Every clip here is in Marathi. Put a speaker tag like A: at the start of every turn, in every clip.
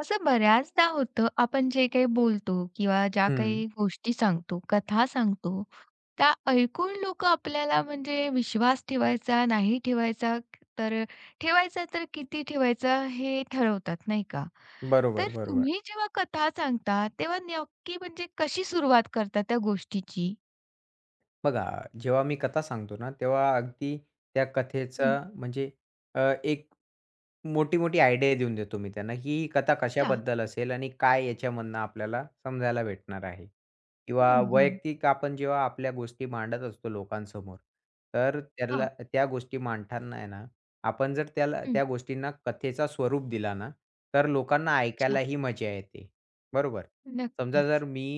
A: असं बऱ्याचदा होतं, आपण जे काही बोलतो किंवा ज्या
B: हं.
A: काही गोष्टी सांगतो, कथा सांगतो, त्या ऐकून लोकं आपल्याला म्हणजे विश्वास ठेवायचा, नाही ठेवायचा, तर ठेवायचा तर किती ठेवायचा हे ठरवतात, नाही का?
B: बरोबर,
A: तर
B: बरोबर.
A: तुम्ही जेव्हा कथा सांगता, तेव्हा नक्की म्हणजे कशी सुरुवात करता त्या गोष्टीची?
B: बघा, जेव्हा मी कथा सांगतो ना, तेव्हा अगदी त्या कथेचा
A: हं,
B: म्हणजे एक मोठी-मोठी आयडिया देऊन देतो मी त्यांना, की ही कथा
A: अच्छा.
B: कशाबद्दल असेल आणि काय याच्यामधनं आपल्याला समजायला भेटणार आहे. किंवा
A: हं, हं.
B: वैयक्तिक आपण जेव्हा आपल्या गोष्टी मांडत असतो लोकांसमोर, तर त्याला
A: हां.
B: त्या गोष्टी मांडताना आहे ना, आपण जर त्याला
A: हं,
B: त्या गोष्टींना कथेचा स्वरूप दिला ना, तर लोकांना
A: अच्छा.
B: ऐकायलाही मजा येते. बरोबर. समजा जर
A: नक्कीच.
B: मी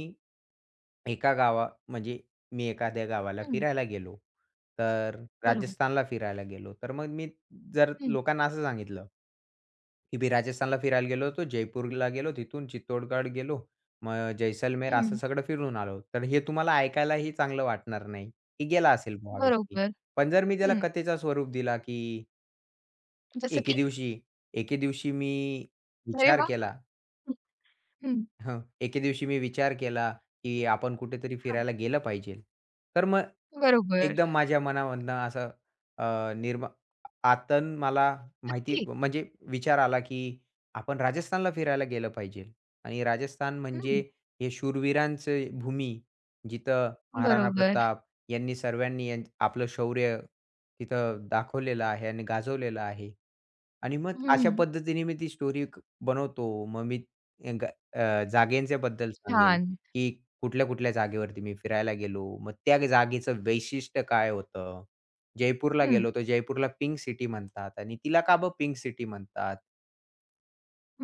B: एका गावा म्हणजे मी एखाद्या गावाला
A: हं,
B: फिरायला गेलो. तर
A: बरोबर.
B: राजस्थानला फिरायला गेलो. तर मग मी जर
A: हं,
B: लोकांना असं सांगितलं, की मी राजस्थानला फिरायला गेलो होतो, जयपूरला गेलो, तिथून चित्तोडगड गेलो, मग जैसलमेर असं
A: हं.
B: सगळं फिरून आलो. तर हे तुम्हाला ऐकायलाही चांगलं वाटणार नाही, की गेला असेल बुवा हा व्यक्ती.
A: बरोबर.
B: पण जर मी त्याला
A: हं.
B: कथेचा स्वरूप दिला, की
A: जसं
B: एके
A: की?
B: दिवशी एके दिवशी मी
A: अरे
B: विचार
A: वाह!
B: केला
A: हं,
B: हं. एके दिवशी मी विचार केला, की आपण कुठेतरी
A: हां,
B: फिरायला गेलं पाहिजे. तर मग
A: बरोबर.
B: एकदम माझ्या मनामधनं असं अ, निर्मा आतन मला माहिती
A: नक्की.
B: म्हणजे विचार आला, की आपण राजस्थानला फिरायला गेलं पाहिजे आणि राजस्थान म्हणजे
A: हं,
B: हे शूरवीरांची भूमी, जिथं महाराणा
A: बरोबर.
B: प्रताप यांनी सर्वांनी यां आपलं शौर्य तिथं दाखवलेलं आहे आणि गाजवलेलं आहे. आणि मग अशा
A: हं,
B: पद्धतीने मी ती स्टोरी क बनवतो. मग मी जागेंच्या बद्दल सांगेल,
A: छान.
B: की कुठल्या-कुठल्या जागेवरती मी फिरायला गेलो. मग त्या जागेचं वैशिष्ट्य काय होतं? जयपूरला
A: हं,
B: गेलो, तर जयपूरला पिंक सिटी म्हणतात आणि तिला का बरं पिंक सिटी म्हणतात?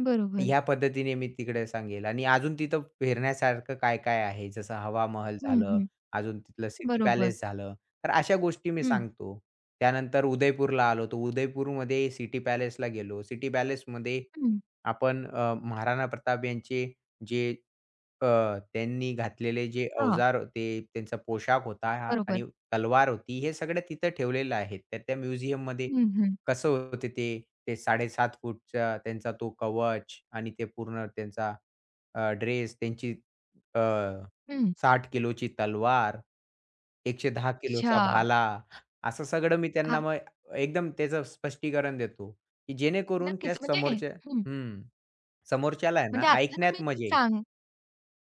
A: बरोबर.
B: ह्या पद्धतीने मी तिकडे सांगेल आणि अजून तिथं फिरण्यासारखं काय-काय आहे? जसं हवा महल
A: हं,
B: झालं,
A: हं,
B: अजून तिथलं सिटी
A: बरोबर.
B: पॅलेस झालं. तर अशा गोष्टी मी
A: हं,
B: सांगतो. त्यानंतर उदयपूरला आलो, तर उदयपूरमध्ये सिटी पॅलेसला गेलो. सिटी पॅलेसमध्ये
A: हं,
B: आपण महाराणा प्रताप यांचे जे अ, त्यांनी घातलेले जे
A: हां,
B: अवजार होते, त्यांचा पोशाख होता हा आणि
A: बरोबर.
B: तलवार होती, हे सगळं तिथं ठेवलेलं आहे. तर त्या म्युझियममध्ये
A: हं, हं,
B: कसं होते ते, ते 7.5 फूटचा त्यांचा तो कवच आणि ते पूर्ण त्यांचा ड्रेस, त्यांची अ,
A: हं.
B: 60 किलोची तलवार, 110 किलोचा
A: अच्छा.
B: भाला, असं सगळं मी त्यांना
A: हां,
B: मग एकदम त्याचं स्पष्टीकरण देतो, की जेणेकरून त्या
A: नक्कीच. म्हणजे
B: समोरच्या
A: हं,
B: हं. समोरच्याला आहे ना,
A: म्हणजे आता
B: ऐकण्यात
A: तुम्ही जे
B: मजा येईल.
A: सांग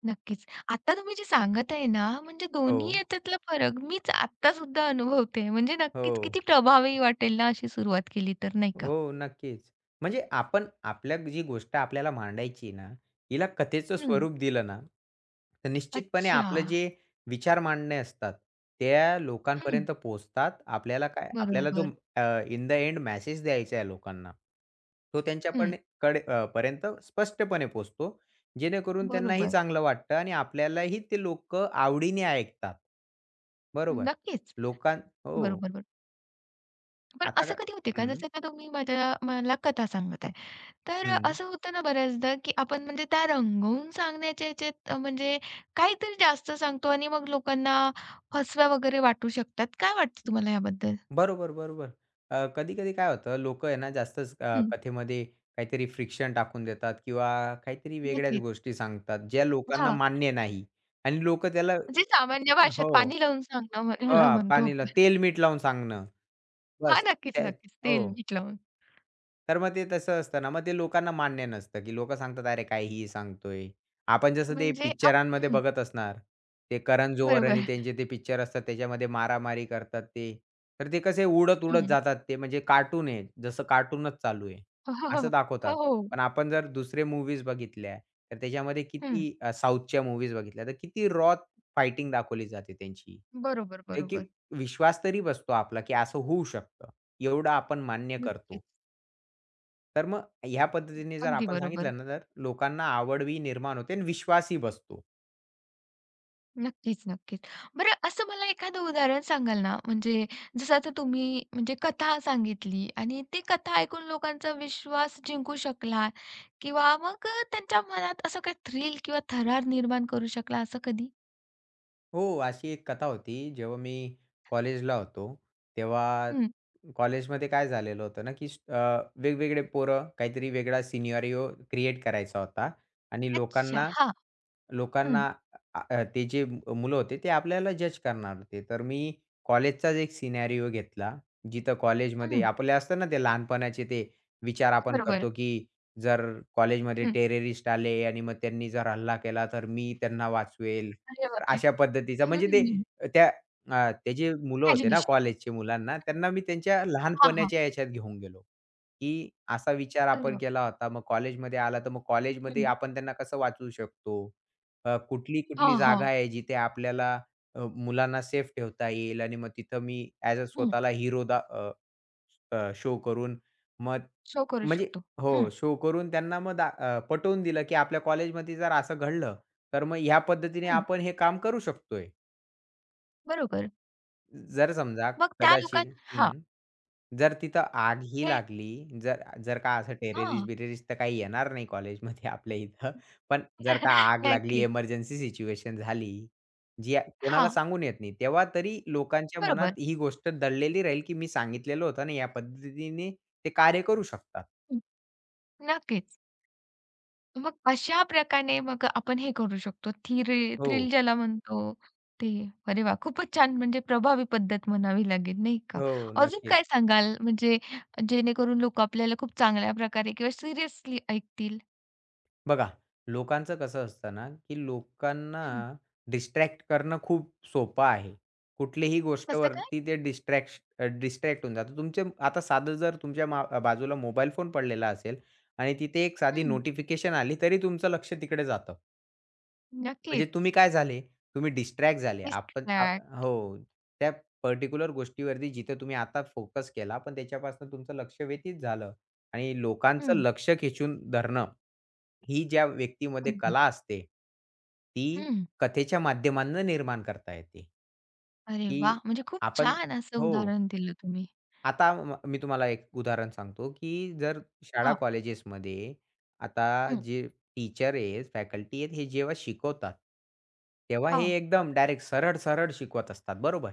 A: नक्कीच. आता तुम्ही जे सांगत आहे ना, म्हणजे
B: हो,
A: दोन्ही याच्यातला फरक मीच आत्तासुद्धा अनुभवते. म्हणजे नक्कीच
B: हो,
A: किती प्रभावी वाटेल ना अशी सुरुवात केली तर, नाही का?
B: हो, नक्कीच. म्हणजे आपण आपल्या जी गोष्ट आपल्याला मांडायची आहे ना, हिला कथेचं
A: हं,
B: स्वरूप दिलं ना, तर निश्चितपणे
A: अच्छा.
B: आपलं जे विचार मांडणे असतात, त्या
A: हं,
B: लोकांपर्यंत पोहोचतात. आपल्याला जो
A: बरोबर.
B: Uh, in the end message द्यायचा आहे लोकांना, तो
A: हं,
B: त्यांच्यापणे कडे पर्यंत स्पष्टपणे पोहोचतो. जेणेकरून त्यांनाही
A: बरोबर.
B: चांगलं वाटतं आणि आपल्यालाही ते लोकं आवडीने ऐकतात. बरोबर.
A: नक्कीच.
B: लोकां हो.
A: बरोबर, बरोबर. बरं
B: आता काय
A: असं कधी होते का
B: हं,
A: जसं का तुम्ही मला कथा सांगत आहे. तर
B: हं.
A: असं होतं ना बऱ्याचदा, की आपण म्हणजे त्या रंगवून सांगण्याच्या ह्याच्यात म्हणजे काहीतरी जास्त सांगतो आणि मग लोकांना फसव्या वगैरे वाटू शकतात. काय वाटतं तुम्हाला याबद्दल?
B: बरोबर, बरोबर. कधी-कधी काय होतं लोकं आहे ना जास्तच
A: हं,
B: कथेमध्ये काहीतरी फ्रिक्शन टाकून देतात किंवा काहीतरी वेगळ्याच
A: नक्कीच.
B: गोष्टी सांगतात, ज्या लोकांना
A: हां,
B: मान्य नाही आणि लोकं त्याला
A: म्हणजे सामान्य भाषेत
B: हो.
A: पाणी लावून सांगणं ह्याला
B: हां,
A: म्हणतो
B: पाणीला
A: आपण.
B: तेल-मीठ लावून सांगणं.
A: हां,
B: बस
A: नक्कीच,
B: त्या
A: नक्कीच.
B: हो.
A: तेल, मीठ लावून.
B: तर मग ते तसं असतं ना, मग ते लोकांना मान्य नसतं, की लोकं सांगतात, "अरे, काहीही सांगतोय." आपण जसं ते
A: म्हणजे
B: पिक्चरांमध्ये
A: हं,
B: बघत असणार, ते करण जोहर आणि
A: बरोबर.
B: त्यांचे ते पिक्चर असतात त्याच्यामध्ये मारामारी करतात ते. तर ते कसे उडत-उडत
A: हं.
B: जातात ते म्हणजे कार्टून आहे, जसं कार्टूनच चालू आहे,
A: हो, हो,
B: असं
A: हो.
B: दाखवतात.
A: हो, हो.
B: पण आपण जर दुसरे मूव्हीज बघितल्या, तर त्याच्यामध्ये
A: हं.
B: किती साऊथच्या मूव्हीज बघितल्या, तर किती रॉ फायटिंग दाखवली जाते त्यांची.
A: बरोबर,
B: ते की
A: बरोबर.
B: विश्वास तरी बसतो आपला, की असं होऊ शकतं. एवढं आपण मान्य करतो.
A: नक्कीच.
B: तर मग ह्या पद्धतीने जर
A: अगदी
B: आपण
A: बरोबर.
B: सांगितलं ना, तर लोकांना आवडवी निर्माण होते आणि विश्वासही बसतो.
A: नक्कीच, नक्कीच. बरं असं मला एखादं उदाहरण सांगाल ना, म्हणजे जसं आता तुम्ही म्हणजे कथा सांगितली आणि ती कथा ऐकून लोकांचा विश्वास जिंकू शकला किंवा मग त्यांच्या मनात असं काही थ्रिल किंवा थरार निर्माण करू शकला असं कधी?
B: हो, अशी एक कथा होती. जेव्हा मी कॉलेजला होतो, तेव्हा
A: हं.
B: कॉलेजमध्ये काय झालेलं होतं ना, की वेगवेगळे पोरं काहीतरी वेगळा सिनेरिओ क्रिएट करायचा होता आणि
A: अच्छा.
B: लोकांना
A: हां. हं,
B: लोकांना अ, अ, ते जे मुलं होते, ते आपल्याला जज करणार होते. तर मी कॉलेजचाच एक सिनेरिओ घेतला, जिथं कॉलेजमध्ये
A: हं.
B: आपले असतात ना, ते लहानपणाचे ते विचार आपण
A: बरोबर.
B: करतो, की जर कॉलेजमध्ये
A: हं.
B: टेररिस्ट आले आणि मग त्यांनी जर हल्ला केला, तर मी त्यांना वाचवेल.
A: अरे
B: तर
A: बापरे!
B: अशा पद्धतीचा म्हणजे
A: हं,
B: त्या ते जे मुलं होते ना
A: इमॅजिनेशन.
B: कॉलेजची मुलांना, त्यांना मी त्यांच्या
A: हां, हां.
B: लहानपणाच्या याच्यात घेऊन गेलो, की असा विचार
A: अरे
B: आपण
A: बापरे!
B: केला होता. मग कॉलेजमध्ये आला, तर मग कॉलेजमध्ये
A: हं.
B: आपण त्यांना कसं वाचवू शकतो?
A: हां,
B: कुठली-कुठली
A: हां.
B: जागा आहे जिथे आपल्याला मुलांना सेफ ठेवता येईल आणि मग तिथं मी ॲज अ
A: हं.
B: स्वतःला हिरो शो करून मग
A: शो करू
B: म्हणजे
A: शकतो. हं,
B: हो, शो करून त्यांना मग पटवून दिलं, की आपल्या कॉलेजमध्ये जर असं घडलं तर मग ह्या पद्धतीने
A: हं.
B: आपण हे काम करू शकतोय.
A: बरोबर.
B: जर समजा
A: मग त्या लोकां
B: कदाचित
A: हां.
B: हं. जर तिथं आगही
A: ते
B: लागली, जर जर का असं
A: हां.
B: टेररिस्ट-बिरेरिस्ट तर काही येणार नाही कॉलेजमध्ये आपल्या इथं. पण जर का आग लागली,
A: नक्की.
B: इमर्जन्सी सिच्युएशन झाली, जी कोणाला
A: हां,
B: सांगून येत नाही, तेव्हा तरी लोकांच्या मनात
A: बरोबर.
B: ही गोष्ट दडलेली राहील, की मी सांगितलेलं होतं ना, या पद्धतीने ते कार्य करू शकतात.
A: हं, नक्कीच. मग अशा प्रकारे मग आपण हे करू शकतो. थ्रिल
B: हो,
A: थ्रिल ज्याला म्हणतो ते. अरे वाह! खूपच छान म्हणजे प्रभावी पद्धत म्हणावी लागेल, नाही का?
B: हो,
A: अजून
B: नक्कीच.
A: काय सांगाल म्हणजे जेणेकरून लोकं आपल्याला खूप चांगल्या प्रकारे किंवा सिरियसली ऐकतील?
B: बघा, लोकांचं कसं असतं ना, की लोकांना
A: हं,
B: डिस्ट्रॅक्ट करणं खूप सोपं आहे. कुठलीही
A: कसं काय?
B: गोष्टवरती ते डिस्ट्रॅक्ट होऊन जातात. तुमचे आता साधं जर तुमच्या मा बाजूला मोबाईल फोन पडलेला असेल आणि तिथे एक साधी
A: हं,
B: नोटिफिकेशन आली, तरी तुमचं लक्ष तिकडे जातं. म्हणजे तुम्ही
A: नक्कीच.
B: काय झाले, तुम्ही डिस्ट्रॅक्ट झाले.
A: मिस्ट
B: आपण आ
A: फ्लॅट.
B: हो. त्या पर्टिक्युलर गोष्टीवरती जिथे तुम्ही आता फोकस केला, पण त्याच्यापासून तुमचं लक्ष व्यतीत झालं आणि लोकांचं
A: हं,
B: लक्ष खेचून धरणं, ही ज्या व्यक्तीमध्ये
A: अगदी.
B: कला असते, ती
A: हं.
B: कथेच्या माध्यमांनं निर्माण करता येते,
A: अरे
B: की
A: वाह! म्हणजे खूप
B: आपण
A: छान असं
B: हो.
A: उदाहरण दिलं तुम्ही.
B: आता मी तुम्हाला एक उदाहरण सांगतो, की जर शाळा
A: हां,
B: कॉलेजेसमध्ये आता
A: हं,
B: जे टीचर आहेत, फॅकल्टी आहेत, हे जेव्हा शिकवतात, तेव्हा हे
A: हां,
B: एकदम डायरेक्ट सरळ-सरळ शिकवत असतात, बरोबर?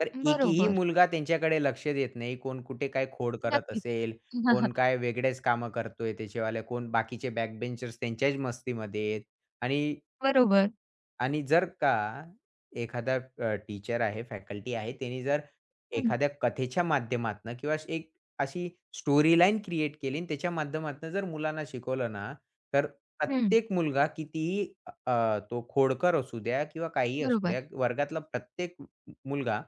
B: तर एकही
A: बरोबर.
B: मुलगा त्यांच्याकडे लक्ष देत नाही. कोण कुठे काय खोड करत
A: नक्कीच.
B: असेल, कोण काय वेगळेच कामं करतोय त्याचेवाले, कोण बाकीचे बॅकबेंचर्स त्यांच्याच मस्तीमध्ये आहेत आणि
A: बरोबर.
B: आणि जर का एखादा टीचर आहे, फॅकल्टी आहे, त्यांनी जर एखाद्या कथेच्या माध्यमातनं किंवा अशी स्टोरी लाईन क्रिएट केली आणि त्याच्या माध्यमातनं जर मुलांना शिकवलं ना, तर
A: हं,
B: प्रत्येक मुलगा कितीही अ, अ, तो खोडकर असू द्या किंवा काहीही असू
A: बरोबर.
B: द्या, वर्गातला प्रत्येक मुलगा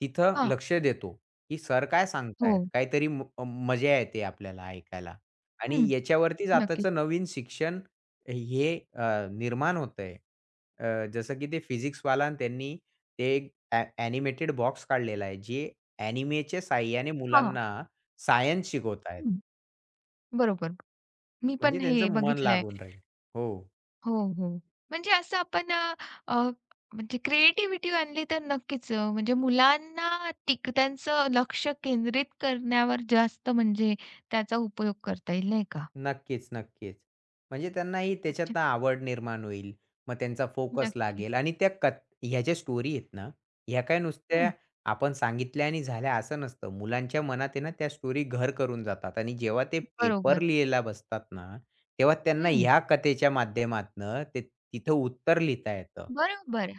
B: तिथं
A: हां,
B: लक्ष देतो, की सर काय सांगतायत.
A: हो.
B: काहीतरी म मजा येते आपल्याला ऐकायला आणि
A: हं,
B: याच्यावरतीच
A: नक्कीच.
B: आताचं नवीन शिक्षण हे निर्माण होतंय. जसं की ते फिजिक्सवाला अन् त्यांनी ते एक ॲनिमेटेड बॉक्स काढलेला आहे, जे ॲनिमेच्या साहाय्याने
A: हां,
B: मुलांना सायन्स शिकवत आहेत.
A: हं, बरोबर. मी पण
B: म्हणजे
A: हे
B: त्यांचं मन
A: बघितलंय.
B: लागून राहील. हो.
A: हो, हो. म्हणजे असं आपण अ, अ, म्हणजे क्रिएटिव्हिटी आणली तर नक्कीच म्हणजे मुलांना त्यांचं लक्ष केंद्रित करण्यावर जास्त म्हणजे त्याचा उपयोग करता येईल, नाही का?
B: नक्कीच. म्हणजे त्यांनाही
A: अच्छा,
B: त्याच्यातनं आवड निर्माण होईल. मग त्यांचा फोकस
A: नक्कीच.
B: लागेल आणि त्या कथ ह्या ज्या स्टोरी आहेत ना, ह्या काय
A: हं,
B: नुसत्या आपण सांगितल्या आणि झाल्या असं नसतं. मुलांच्या मनात आहे ना त्या स्टोरी घर करून जातात आणि जेव्हा ते पेपर
A: बरोबर.
B: लिहायला बसतात ना, तेव्हा त्यांना
A: हं,
B: ह्या कथेच्या माध्यमातनं ते तिथं उत्तर लिहिता येतं.
A: बरोबर.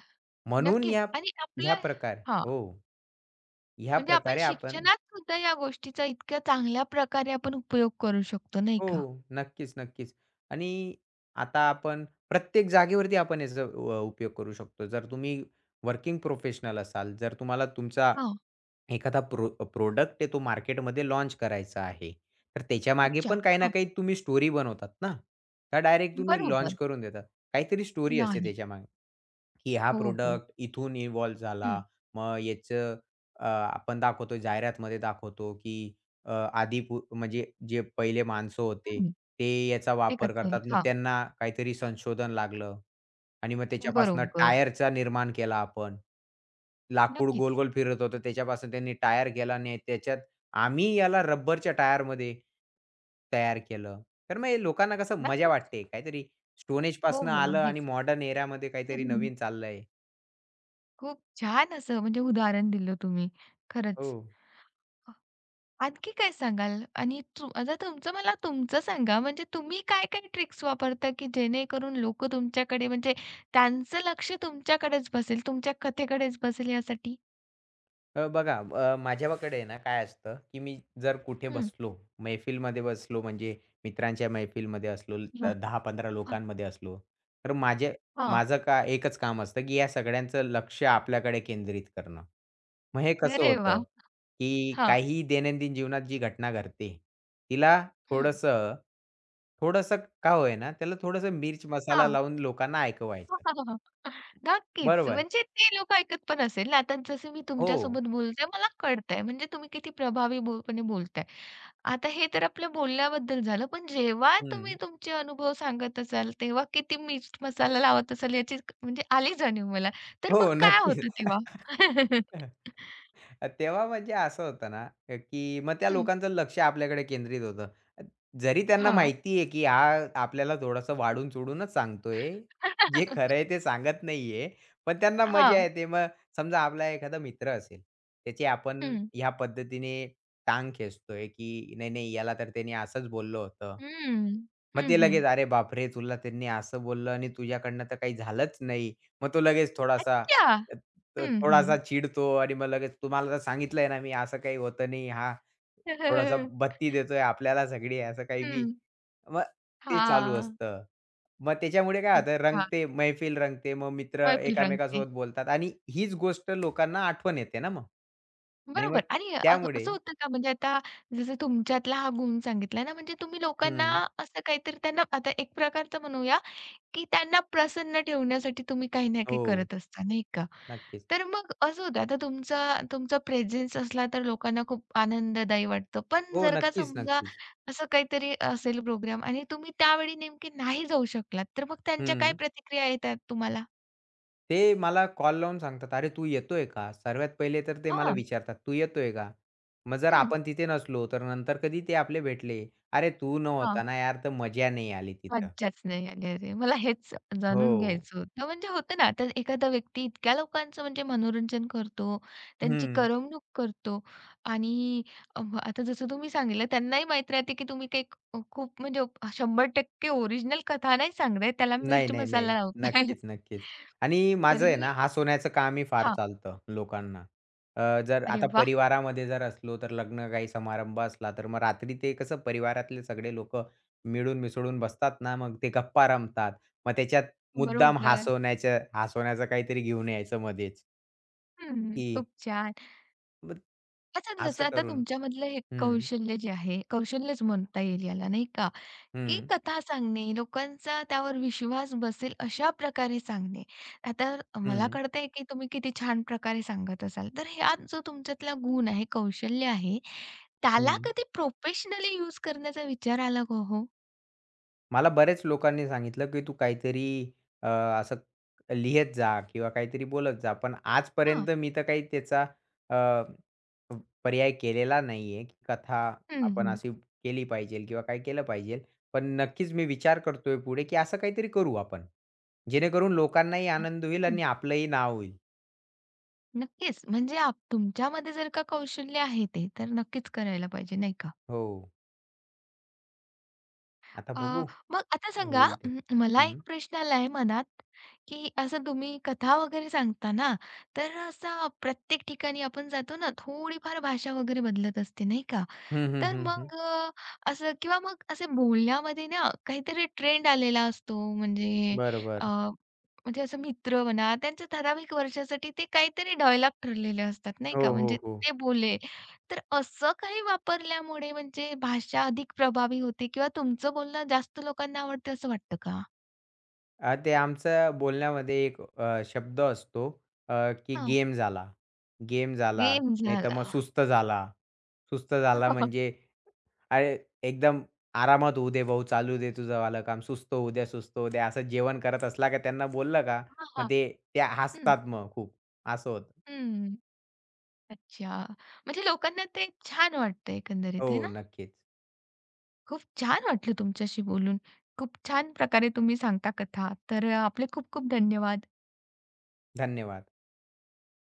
B: म्हणून
A: नक्कीच
B: या
A: आणि
B: ह्या
A: आपलं
B: प्रकारे
A: हां,
B: हो, ह्या
A: म्हणजे आपण
B: प्रकारे आपण
A: शिक्षणात सुद्धा या गोष्टीचा इतक्या चांगल्या प्रकारे आपण उपयोग करू शकतो, नाही
B: हो.
A: का?
B: नक्कीच. आणि आता आपण प्रत्येक जागेवरती आपण याचा उपयोग करू शकतो. जर तुम्ही वर्किंग प्रोफेशनल असाल, जर तुम्हाला तुमचा
A: हां.
B: एखादा प्रॉडक्ट आहे तो मार्केटमध्ये लाँच करायचा आहे, तर त्याच्या मागे
A: अच्छा.
B: पण काही ना
A: हां.
B: काही तुम्ही स्टोरी बनवतात ना? का डायरेक्ट तुम्ही लाँच
A: बरोबर.
B: करून देतात? काहीतरी स्टोरी असते
A: नाही.
B: त्याच्यामागे. की हा
A: हो, हो.
B: प्रोडक्ट इथून इव्हॉल्व झाला.
A: हं,
B: मग आपण दाखवतो जाहिरातमध्ये दाखवतो, की अ, आधी पू म्हणजे जे पहिले माणसं होते,
A: हं.
B: ते याचा
A: ते
B: वापर
A: कसं आहे
B: करतात. मग
A: हां,
B: त्यांना काहीतरी संशोधन लागलं आणि मग त्याच्यापासून
A: बरोबर.
B: टायरचा निर्माण केला आपण. लाकूड
A: नक्कीच,
B: गोल-गोल फिरत होतं, त्याच्यापासून त्यांनी टायर केला आणि त्याच्यात आम्ही याला रबरच्या टायरमध्ये तयार केलं. तर मग हे लोकांना कसं मजा
A: नक्कीच.
B: वाटते, काहीतरी स्टोन
A: हो,
B: एजपासनं
A: हो.
B: आलं आणि
A: अगदीच.
B: मॉडर्न एरामध्ये काहीतरी
A: हम्म.
B: नवीन चाललंय.
A: खूप छान असं म्हणजे उदाहरण दिलं तुम्ही.
B: हो.
A: खरंच. आणखी काय सांगाल? आणि तू आता तुमचं मला तुमचं सांगा म्हणजे तुम्ही काय-काय ट्रिक्स वापरता, की जेणेकरून लोकं तुमच्याकडे म्हणजे त्यांचं लक्ष तुमच्याकडेच बसेल, तुमच्या कथेकडेच बसेल यासाठी?
B: बघा, माझ्याकडे आहे ना काय असतं, की मी जर कुठे
A: हं.
B: बसलो, मैफिलमध्ये बसलो म्हणजे मित्रांच्या मैफिलमध्ये असलो, 10-15 लोकांमध्ये असलो, तर
A: हां.
B: माझं का एकच काम असतं, की या सगळ्यांचं लक्ष आपल्याकडे केंद्रित करणं. मग हे कसं
A: अरे
B: होतं,
A: वाह!
B: की
A: हां.
B: काहीही दैनंदिन जीवनात जी घटना घडते, तिला
A: हं.
B: थोडंसं, थोडंसं का होय ना, त्याला थोडंसं मिर्च मसाला लावून लोकांना ऐकवायचं.
A: नक्कीच.
B: बरोबर.
A: म्हणजे ते लोकं ऐकत पण असेल ना. आता जसं मी
B: हो.
A: तुमच्यासोबत बोलते मला कळतंय म्हणजे तुम्ही किती प्रभावी पणे बोलताय. आता हे तर आपल्या बोलण्याबद्दल झालं. पण जेव्हा तुम्ही
B: हं.
A: तुमचे अनुभव सांगत असाल, तेव्हा किती मीठ मसाला लावत असाल याची म्हणजे आली जाणीव मला. तर मग
B: हो,
A: काय
B: नक्कीच.
A: होतं तेव्हा?
B: तेव्हा म्हणजे असं होतं ना, की मग त्या
A: हं.
B: लोकांचं लक्ष आपल्याकडे केंद्रित होतं. जरी त्यांना
A: हां.
B: माहिती आहे, की हा आपल्याला थोडंसं वाढून-चोढूनच सांगतोय.
A: हां.
B: जे खरं आहे ते सांगत नाहीये. पण त्यांना मजा येते. मग समजा आपला एखादा मित्र असेल, त्याची आपण
A: हं.
B: ह्या पद्धतीने टांग खेचतोय, की नाही, नाही याला तर त्याने असंच बोललं होतं.
A: हं.
B: मग
A: हं,
B: ते लगेच,
A: हं.
B: "अरे बापरे! तुला त्यांनी असं बोललं आणि तुझ्याकडनं तर काही झालंच नाही." मग तो लगेच थोडासा
A: अच्छा.
B: अ, त
A: हं, हं.
B: थोडासा चिडतो आणि मग लगेच तुम्हाला तर सांगितलंय ना मी असं काही होतं नाही. हा थोडासा बत्ती देतोय आपल्याला सगळी असं काही बी.
A: हं.
B: मग ते चालू
A: हां.
B: असतं. मग त्याच्यामुळे काय
A: खूप
B: होतं
A: छान.
B: रंगते, मैफिल रंगते. मग मित्र
A: मैफिल रंगते.
B: एकामेकांसोबत बोलतात आणि हीच गोष्ट लोकांना आठवण येते ना मग. आणि मग
A: बरोबर आणि
B: त्यामुळे
A: असं होतं का म्हणजे आता जसं तुमच्यातला हा गुण सांगितला ना, म्हणजे तुम्ही लोकांना
B: हं.
A: असं काहीतरी त्यांना आता एक प्रकारचं म्हणूया, की त्यांना प्रसन्न ठेवण्यासाठी तुम्ही काही ना काही
B: हो.
A: करत असता, नाही का?
B: नक्कीच.
A: तर मग असं होतं आता तुमचा तुमचा प्रेझेन्स असला तर लोकांना खूप आनंददायी वाटतं. पण
B: हो.
A: जर का
B: नक्कीच,
A: समजा
B: नक्कीच.
A: असं काहीतरी असेल प्रोग्राम आणि तुम्ही त्यावेळी नेमके नाही जाऊ शकलात, तर मग त्यांच्या काय
B: हं.
A: प्रतिक्रिया येतात तुम्हाला?
B: ते मला कॉल लावून सांगतात, "अरे, तू येतोय का?" सर्वात पहिले तर ते मला
A: हां.
B: विचारतात, "तू येतोय का?" मग जर
A: हं.
B: आपण तिथे नसलो, तर नंतर कधी ते आपले भेटले, "अरे, तू नव्हता ना यार, तर मजा नाही आली तिथं."
A: मज्जाच नाही आली. अरे, मला हेच जाणून
B: हो.
A: घ्यायचं होतं. म्हणजे होतं ना, तर एखादा व्यक्ती इतक्या लोकांचं म्हणजे मनोरंजन करतो, त्यांची
B: हं.
A: करमणूक करतो आणि आता जसं तुम्ही सांगितलं त्यांनाही माहीत राहते, की तुम्ही काही खूप म्हणजे 100% ओरिजिनल कथा नाही सांगताय, त्याला
B: नाही,
A: मिर्च
B: नाही,
A: मसाला
B: नाही.
A: लावताय.
B: नक्कीच. आणि माझं आहे
A: तरीही
B: ना, हसवण्याचं कामही फार
A: हां,
B: चालतं लोकांना. जर
A: अरे
B: आता
A: वाह!
B: परिवारामध्ये जर असलो, तर लग्न काही समारंभ असला, तर मग रात्री ते कसं परिवारातले सगळे लोकं मिळून मिसळून बसतात ना, मग ते गप्पा रमतात. मग त्याच्यात मुद्दाम
A: बरोबर.
B: हसवण्याचं काहीतरी घेऊन यायचं मध्येच,
A: हं,
B: की
A: खूप छान.
B: मग
A: अच्छा, जसं
B: असं
A: आता
B: करून
A: तुमच्यामधलं हे
B: हं,
A: कौशल्य जे आहे, कौशल्यच म्हणता येईल याला नाही का? की
B: हं,
A: कथा सांगणे, लोकांचा त्यावर विश्वास बसेल अशा प्रकारे सांगणे. आता मला
B: हं,
A: कळतंय की तुम्ही किती छान प्रकारे सांगत असाल. तर हा जो तुमच्यातला गुण आहे, कौशल्य आहे, त्याला
B: हं.
A: कधी प्रोफेशनली यूज करण्याचा विचार आला का हो?
B: मला बऱ्याच लोकांनी सांगितलं, की तू काहीतरी असं लिहीत जा किंवा काहीतरी बोलत जा. पण
A: हां.
B: आजपर्यंत मी तर काही त्याचा अ, पर्याय केलेला नाहीये, की कथा
A: हं,
B: आपण
A: हं.
B: अशी केली पाहिजे किंवा काय केलं पाहिजे. पण नक्कीच मी विचार करतोय पुढे, की असं काहीतरी करू आपण. जेणेकरून लोकांनाही
A: अच्छा.
B: आनंद होईल
A: हं.
B: आणि आपलंही नाव होईल.
A: नक्कीच. म्हणजे तुमच्यामध्ये जर का कौशल्य आहे ते, तर नक्कीच करायला पाहिजे, नाही का?
B: हो. आता
A: अ,
B: बघू
A: मग आता सांगा
B: होईल तर.
A: मला एक
B: हं.
A: प्रश्न आलाय मनात, की असं तुम्ही कथा वगैरे सांगता ना, तर असं प्रत्येक ठिकाणी आपण जातो ना, थोडीफार भाषा वगैरे बदलत असते, नाही का?
B: हं, हं,
A: तर
B: हं, हं.
A: मग असं किंवा मग असे बोलण्यामध्ये ना काहीतरी ट्रेंड आलेला असतो म्हणजे
B: बरोबर.
A: अ, म्हणजे असं मित्र म्हणा त्यांच्या ठराविक वर्षासाठी ते काहीतरी डायलॉग ठरलेले असतात नाही
B: हो,
A: का
B: हो,
A: म्हणजे
B: हो.
A: ते बोलले तर असं काही वापरल्यामुळे म्हणजे भाषा अधिक प्रभावी होते किंवा तुमचं बोलणं जास्त लोकांना आवडते असं वाटतं का?
B: ते आमच्या बोलण्यामध्ये एक शब्द असतो, अ, की
A: हां,
B: गेम झाला, गेम झाला,
A: गेम
B: नाहीतर मग
A: झाला.
B: सुस्त झाला. सुस्त झाला म्हणजे अरे, एकदम आरामात होऊ दे भाऊ, चालू दे तुझं वालं काम. सुस्त होऊ द्या, सुस्त होऊ द्या. असं जेवण करत असला का त्यांना बोललं का,
A: हां,
B: मग
A: हां.
B: ते
A: हं,
B: हसतात मग खूप. असं होतं.
A: अच्छा. म्हणजे लोकांना ते छान वाटतं
B: हो,
A: एकंदरीत आहे ना?
B: नक्कीच.
A: खूप छान वाटलं तुमच्याशी बोलून. खूप छान प्रकारे तुम्ही सांगता कथा. तर आपले खूप खूप धन्यवाद.
B: धन्यवाद.